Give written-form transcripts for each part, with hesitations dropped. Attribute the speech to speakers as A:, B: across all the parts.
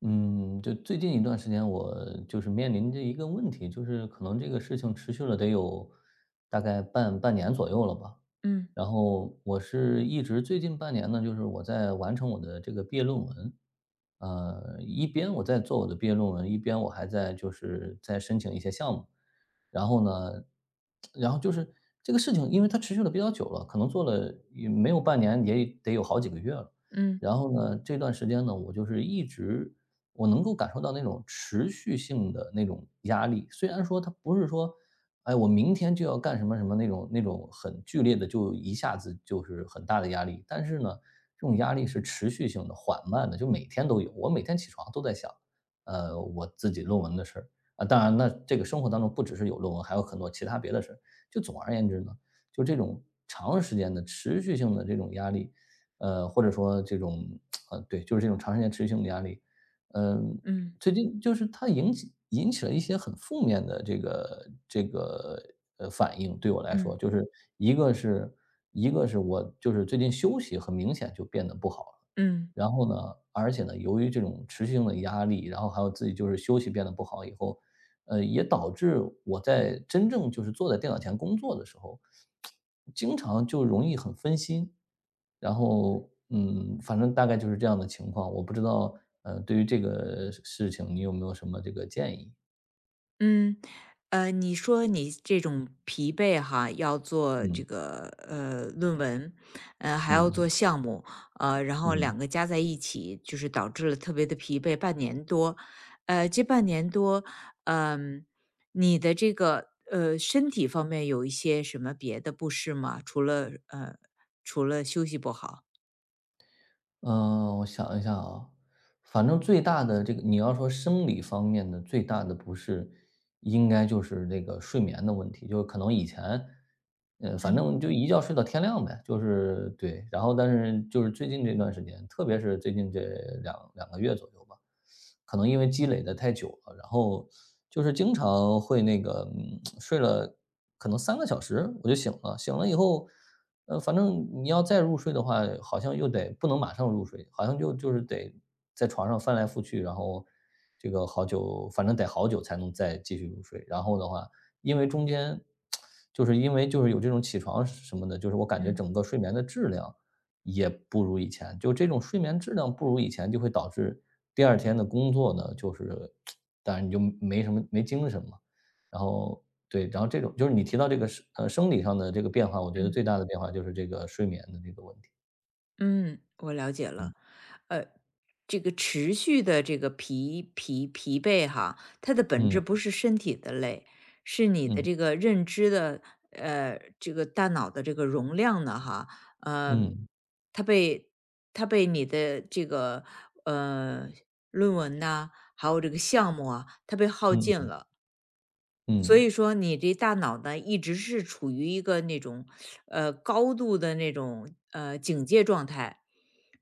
A: 嗯，就最近一段时间，我就是面临着一个问题，就是可能这个事情持续了得有大概半年左右了吧。
B: 嗯
A: 然后我是一直最近半年呢，就是我在完成我的这个毕业论文，一边我在做我的毕业论文，一边我还在就是在申请一些项目。然后呢，然后就是这个事情，因为它持续了比较久了，可能做了也没有半年，也得有好几个月了。
B: 嗯
A: 然后呢，这段时间呢，我就是一直我能够感受到那种持续性的那种压力。虽然说它不是说，哎，我明天就要干什么什么那种很剧烈的，就一下子就是很大的压力。但是呢，这种压力是持续性的、缓慢的，就每天都有。我每天起床都在想，我自己论文的事儿啊。当然，那这个生活当中不只是有论文，还有很多其他别的事儿。就总而言之呢，就这种长时间的持续性的这种压力。或者说这种对，就是这种长时间持续性的压力。嗯，
B: 嗯
A: 最近就是它引起了一些很负面的这个反应，对我来说，
B: 嗯
A: 就是一个是一个是我就是最近休息很明显就变得不好了，
B: 嗯
A: 然后呢，而且呢，由于这种持续性的压力，然后还有自己就是休息变得不好以后，也导致我在真正就是坐在电脑前工作的时候，经常就容易很分心，然后，反正大概就是这样的情况，我不知道，对于这个事情你有没有什么这个建议？
B: 嗯，你说你这种疲惫哈，要做这
A: 嗯，
B: 个论文，还要
A: 嗯，
B: 做项目，然后
A: 嗯。
B: 两个加在一起，就是导致了特别的疲惫，半年多。这半年多，嗯、你的这个身体方面有一些什么别的不适吗？除了除了休息不好。
A: 嗯，我想一下啊，反正最大的这个你要说生理方面的最大的不适，应该就是这个睡眠的问题。就是可能以前，反
B: 嗯
A: 正就一觉睡到天亮呗，就是对。然后但是就是最近这段时间，特别是最近这两个月左右吧，可能因为积累的太久了，然后就是经常会那个，睡了可能3个小时我就醒了，醒了以后。反正你要再入睡的话，好像又得不能马上入睡，好像就是得在床上翻来覆去，然后这个好久，反正得好久才能再继续入睡。然后的话，因为中间就是因为就是有这种起床什么的，就是我感觉
B: 嗯
A: 整个睡眠的质量也不如以前，就这种睡眠质量不如以前，就会导致第二天的工作呢，就是 当然你就没什么没精神嘛。然后对，然后这种就是你提到这个生理上的这个变化，我觉得
B: 嗯。
A: 最大的变化就是这个睡眠的这个问题。
B: 嗯，我了解了。呃，这个持续的这个疲惫哈，它的本
A: 嗯，
B: 质不是身体的累，是你的
A: 嗯，
B: 这个认知的，这个大脑的这个容量呢哈，呃，
A: 嗯，
B: 它被它被你的这个呃论文呐、还有这个项目啊，它被耗尽
A: 嗯，
B: 了。所
A: 嗯，
B: 以说你这大脑呢，一直是处于一个那种，高度的那种，警戒状态。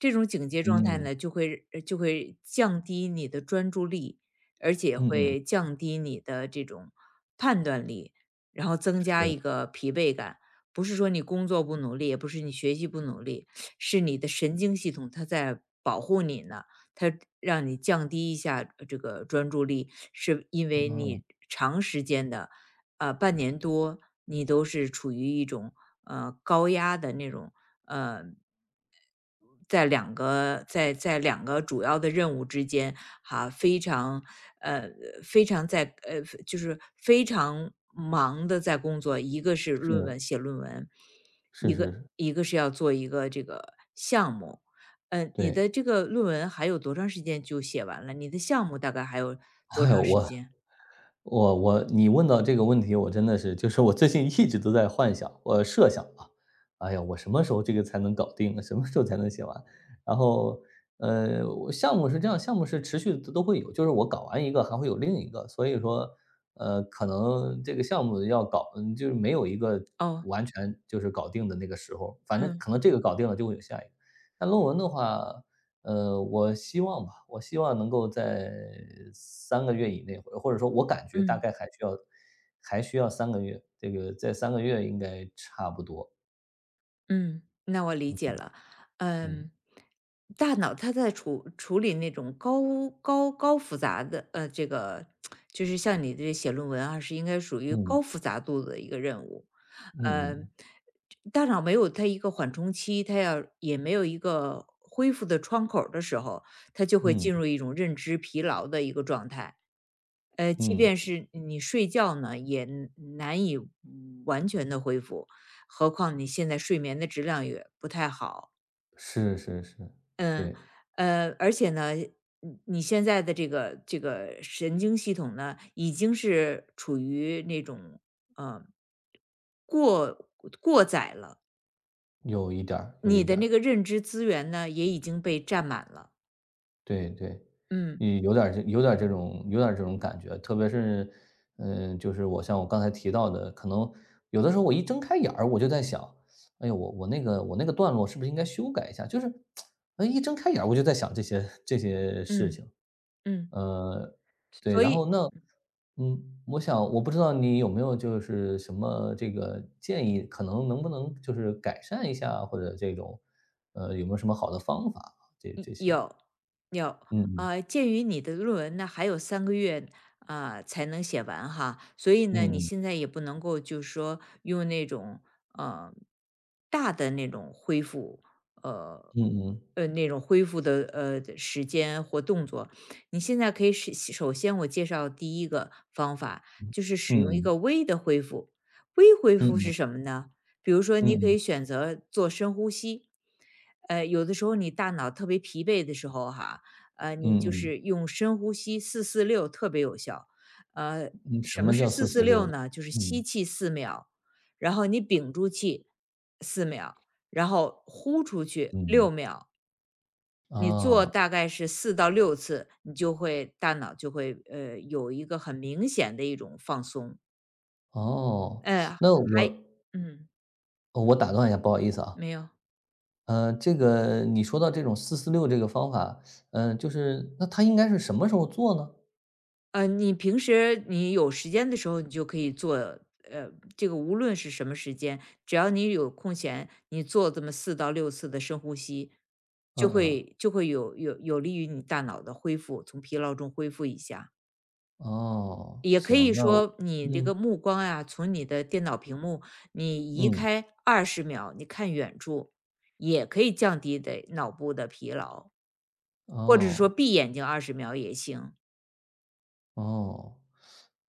B: 这种警戒状
A: 嗯，
B: 态
A: 嗯
B: 呢，就会降低你的专注力，而且
A: 嗯，嗯
B: 会降低你的这种判断力，然后增加
A: 是，
B: 一个疲惫感。不是说你工作不努力，也不是你学习不努力，是你的神经系统它在保护你呢。它让你降低一下这个专注力，是因为
A: 啊，
B: 你长时间的，半年多，你都是处于一种高压的那种，呃在两个主要的任务之间，哈，非常呃非常在呃就是非常忙的在工作，一个是
A: 是，
B: 写论文，
A: 是
B: 一
A: 是
B: 个
A: 是，
B: 一个是要做一个这个项目。你
A: 对。
B: 的这个论文还有多长时间就写完了？你的项目大概还有多
A: 哎呦，
B: 长时
A: 我
B: 间？
A: 我我你问到这个问题，我真的是就是我最近一直都在幻想，我设想啊，哎呀，我什么时候这个才能搞定？什么时候才能写完？然后，呃，我项目是这样，项目是持续的都会有，就是我搞完一个还会有另一个，所以说，可能这个项目要搞，就是没有一个
B: 哦，
A: 完全就是搞定的那个时候，反正
B: 嗯
A: 可能这个搞定了就会有下一个。但论文的话，我希望吧，我希望能够在三个月以内，或者说我感觉大
B: 嗯。
A: 概还需要三个月，这个在三个月应该差不多，
B: 嗯，那我理解了。
A: 嗯，
B: 嗯，大脑它在处理那种高复杂的，这个就是像你这写论文啊，是应该属于高
A: 嗯，
B: 复杂度的一个任务。呃，
A: 嗯
B: 大脑没有它一个缓冲期，它要也没有一个恢复的窗口儿的时候，它就会
A: 嗯，
B: 进
A: 嗯，
B: 入一种认知疲劳的一个状态。即
A: 嗯，
B: 便是你睡觉呢，也难以完全的恢复，何况你现在睡眠的质量也不太好。
A: 是是是，
B: 嗯，
A: 对，
B: 而且呢，你现在的这个这个神经系统呢，已经是处于那种呃过过载了，
A: 有一点儿，有
B: 你
A: 一
B: 的
A: 点
B: 那
A: 儿。
B: 个认知资源呢，也已经被占满了。
A: 对对，
B: 嗯
A: 你有点儿这种感觉，特别是，就是我像我刚才提到的，可能有的时候我一睁开眼儿，我就在想，哎呦，我那个段落是不是应该修改一下？就是，哎一睁开眼儿我就在想这些事
B: 嗯
A: 情。
B: 嗯，
A: 呃，对，
B: 所
A: 然
B: 以
A: 后那，嗯，我不知道你有没有就是什么这个建议，可能能不能就是改善一下，或者这种，有没有什么好的方法啊？这
B: 嗯
A: 这些，
B: 有有。
A: 嗯嗯。
B: 鉴于你的论文呢还有3个月啊才能写完哈，所以呢，你
A: 嗯
B: 现在也不能够就是说用那种，呃，大的那种恢复，呃，
A: 嗯
B: 那种恢复的，时间或动作。你现在可以使首先我介绍第一个方法，就是使用一
A: 嗯
B: 个微的恢复。微恢
A: 嗯
B: 复
A: 嗯
B: 是
A: 嗯
B: 什么呢？比如说
A: 嗯
B: 你可
A: 嗯
B: 以选择做深呼吸。有的时候你大脑特别疲惫的时候哈，你就
A: 嗯，
B: 是用深呼吸四四六特别有效。呃，
A: 嗯什
B: 什么
A: 么叫
B: 是
A: 四
B: 四四
A: 四六
B: 六
A: 呢？
B: 呢？就是吸
A: 嗯
B: 气四秒，然后你屏住气四秒，然后呼出去
A: 嗯，
B: 6秒。你做
A: 哦
B: 大概是四到六次，你就会大脑就会有一个很明显的一种放松。
A: 哦，
B: 呃，
A: 那
B: 还
A: 我
B: 嗯，
A: 哦我打断一下，不好意思啊。
B: 没有。
A: 这个你说到这种四四六这个方法，就是那它应该是什么时候做呢？
B: 你平时你有时间的时候，你就可以做，这个无论是什么时间，只要你有空闲，你做这么四到六次的深呼吸，
A: 嗯
B: 就
A: 嗯，
B: 会就会有有利于你大脑的恢复，从疲劳中恢复一下。
A: 哦，
B: 也可
A: 行，
B: 以
A: 那我
B: 说，你这
A: 嗯
B: 个目光呀、从你的电脑屏幕你移
A: 嗯，
B: 开二十秒，你看远处，也可以降低的脑部的疲劳，或者是说
A: 哦。
B: 闭眼睛二十秒也行。
A: 哦，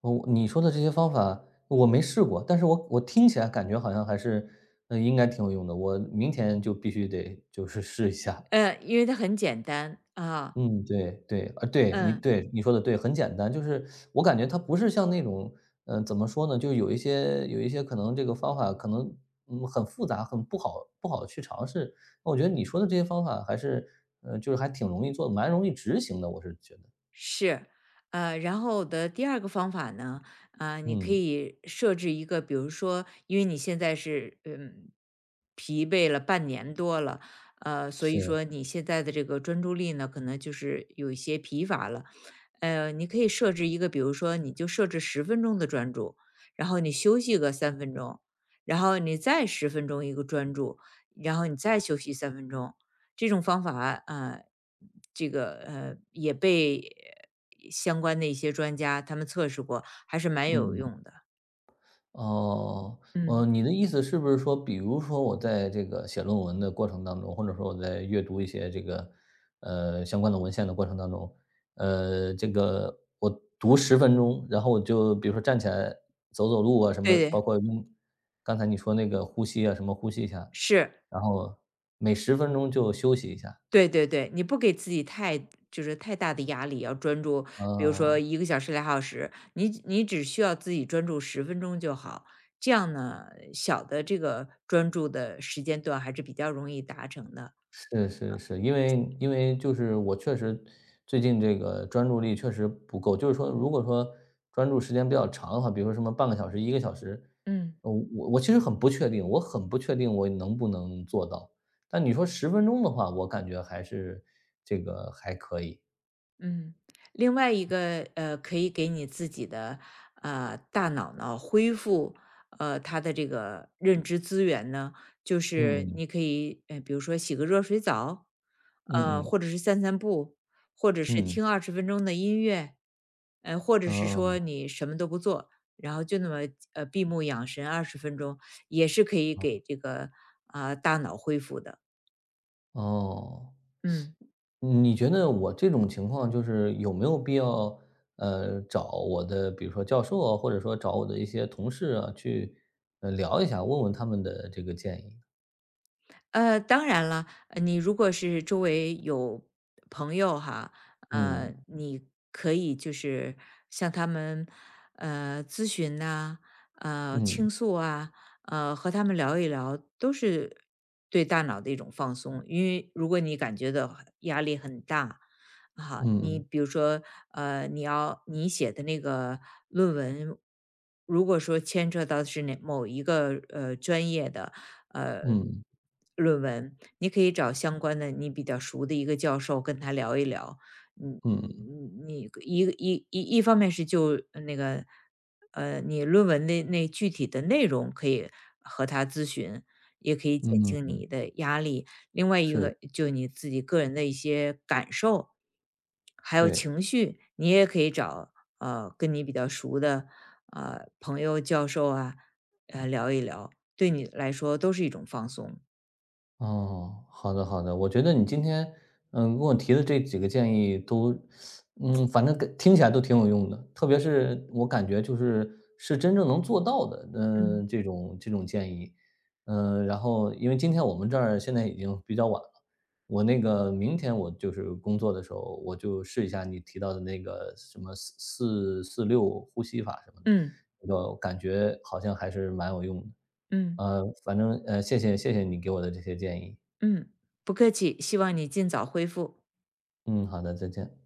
A: 哦，你说的这些方法我没试过，但是我听起来感觉好像还是，应该挺有用的，我明天就必须得就是试一下。
B: 因为它很简单啊。
A: 嗯，对对，啊，对，你
B: 嗯、
A: 对，你说的对，很简单，就是我感觉它不是像那种，怎么说呢，就有一些可能这个方法可能，很复杂，很不好去尝试。我觉得你说的这些方法还是，就是还挺容易做的，蛮容易执行的，我是觉得。
B: 是。然后我的第二个方法呢，你可
A: 嗯，
B: 以设置一个，比如说，因为你现在是疲惫了半年多了，所以
A: 是，
B: 说你现在的这个专注力呢，可能就是有一些疲乏了。你可以设置一个，比如说，你就设置十分钟的专注，然后你休息个三分钟，然后你再十分钟一个专注，然后你再休息三分钟。这种方法啊、呃这个也被相关的一些专家他们测试过，还是蛮有
A: 嗯。
B: 用的。
A: 哦，
B: 嗯，
A: 你的意思是不是说，比如说我在这个写论文的过程当中，或者说我在阅读一些这个，相关的文献的过程当中，这个我读十分钟，然后我就比如说站起来走走路啊，什么，
B: 对对，
A: 包括用刚才你说那个呼吸啊，什么呼吸一下，
B: 是，
A: 然后每十分钟就休息一下，
B: 对对对，你不给自己就是太大的压力，要专注，比如说
A: 啊。
B: 1个小时、俩小时，你你只需要自己专注十分钟就好。这样呢，小的这个专注的时间段还是比较容易达成的。
A: 是是是，因为就是我确实最近这个专注力确实不够，就是说如果说专注时间比较长的话，比如说什么半个小时、一个小时，
B: 嗯。
A: 我其实很不确定，我很不确定我能不能做到。但你说十分钟的话，我感觉还是这个还可以。
B: 嗯，另外一个，可以给你自己的大脑呢恢复它的这个认知资源呢，就是
A: 嗯
B: 你可以比如说洗个热水澡，
A: 嗯，
B: 或
A: 嗯
B: 者是散散步，或者是
A: 嗯，
B: 听二十分钟的音乐，或者
A: 嗯，
B: 是说
A: 哦，
B: 你什么都不做，然后就那么闭目养神二十分钟，也是可以给这个大脑恢复的。
A: 哦。
B: 嗯。
A: 你觉得我这种情况就是有没有必要，找我的比如说教授啊，或者说找我的一些同事啊，去，聊一下，问问他们的这个建议？
B: 当然了，你如果是周围有朋友哈，
A: 嗯，
B: 你可以就是向他们咨询呐、
A: 嗯，
B: 倾诉啊，和他们聊一聊，都是对大脑的一种放松。因为如果你感觉到压力很大，好，你
A: 嗯
B: 比如说，你要你写的那个论文，如果说牵扯到是哪某一个专业的呃
A: 嗯，
B: 论文，你可以找相关的你比较熟的一个教授跟他聊一聊。嗯，
A: 嗯
B: 你一方面是就那个你论文的那具体的内容可以和他咨询，也可以减
A: 嗯
B: 轻
A: 嗯，
B: 你的压力。另外一
A: 是，
B: 个就你自己个人的一些感受，还有
A: 对。
B: 情绪，你也可以找跟你比较熟的朋友、教授啊，聊一聊，对你来说都是一种放松。
A: 哦，好的好的，我觉得你今天，跟我提的这几个建议都，反正跟听起来都挺有用的，特别是我感觉是真正能做到的，
B: 嗯
A: 这种建议，然后因为今天我们这儿现在已经比较晚了，我那个明天我就是工作的时候，我就试一下你提到的那个什么四四六呼吸法什么的，
B: 嗯
A: 那个感觉好像还是蛮有用的。
B: 嗯
A: 反正，谢谢你给我的这些建议。
B: 嗯，不客气，希望你尽早恢复。
A: 嗯，好的，再见。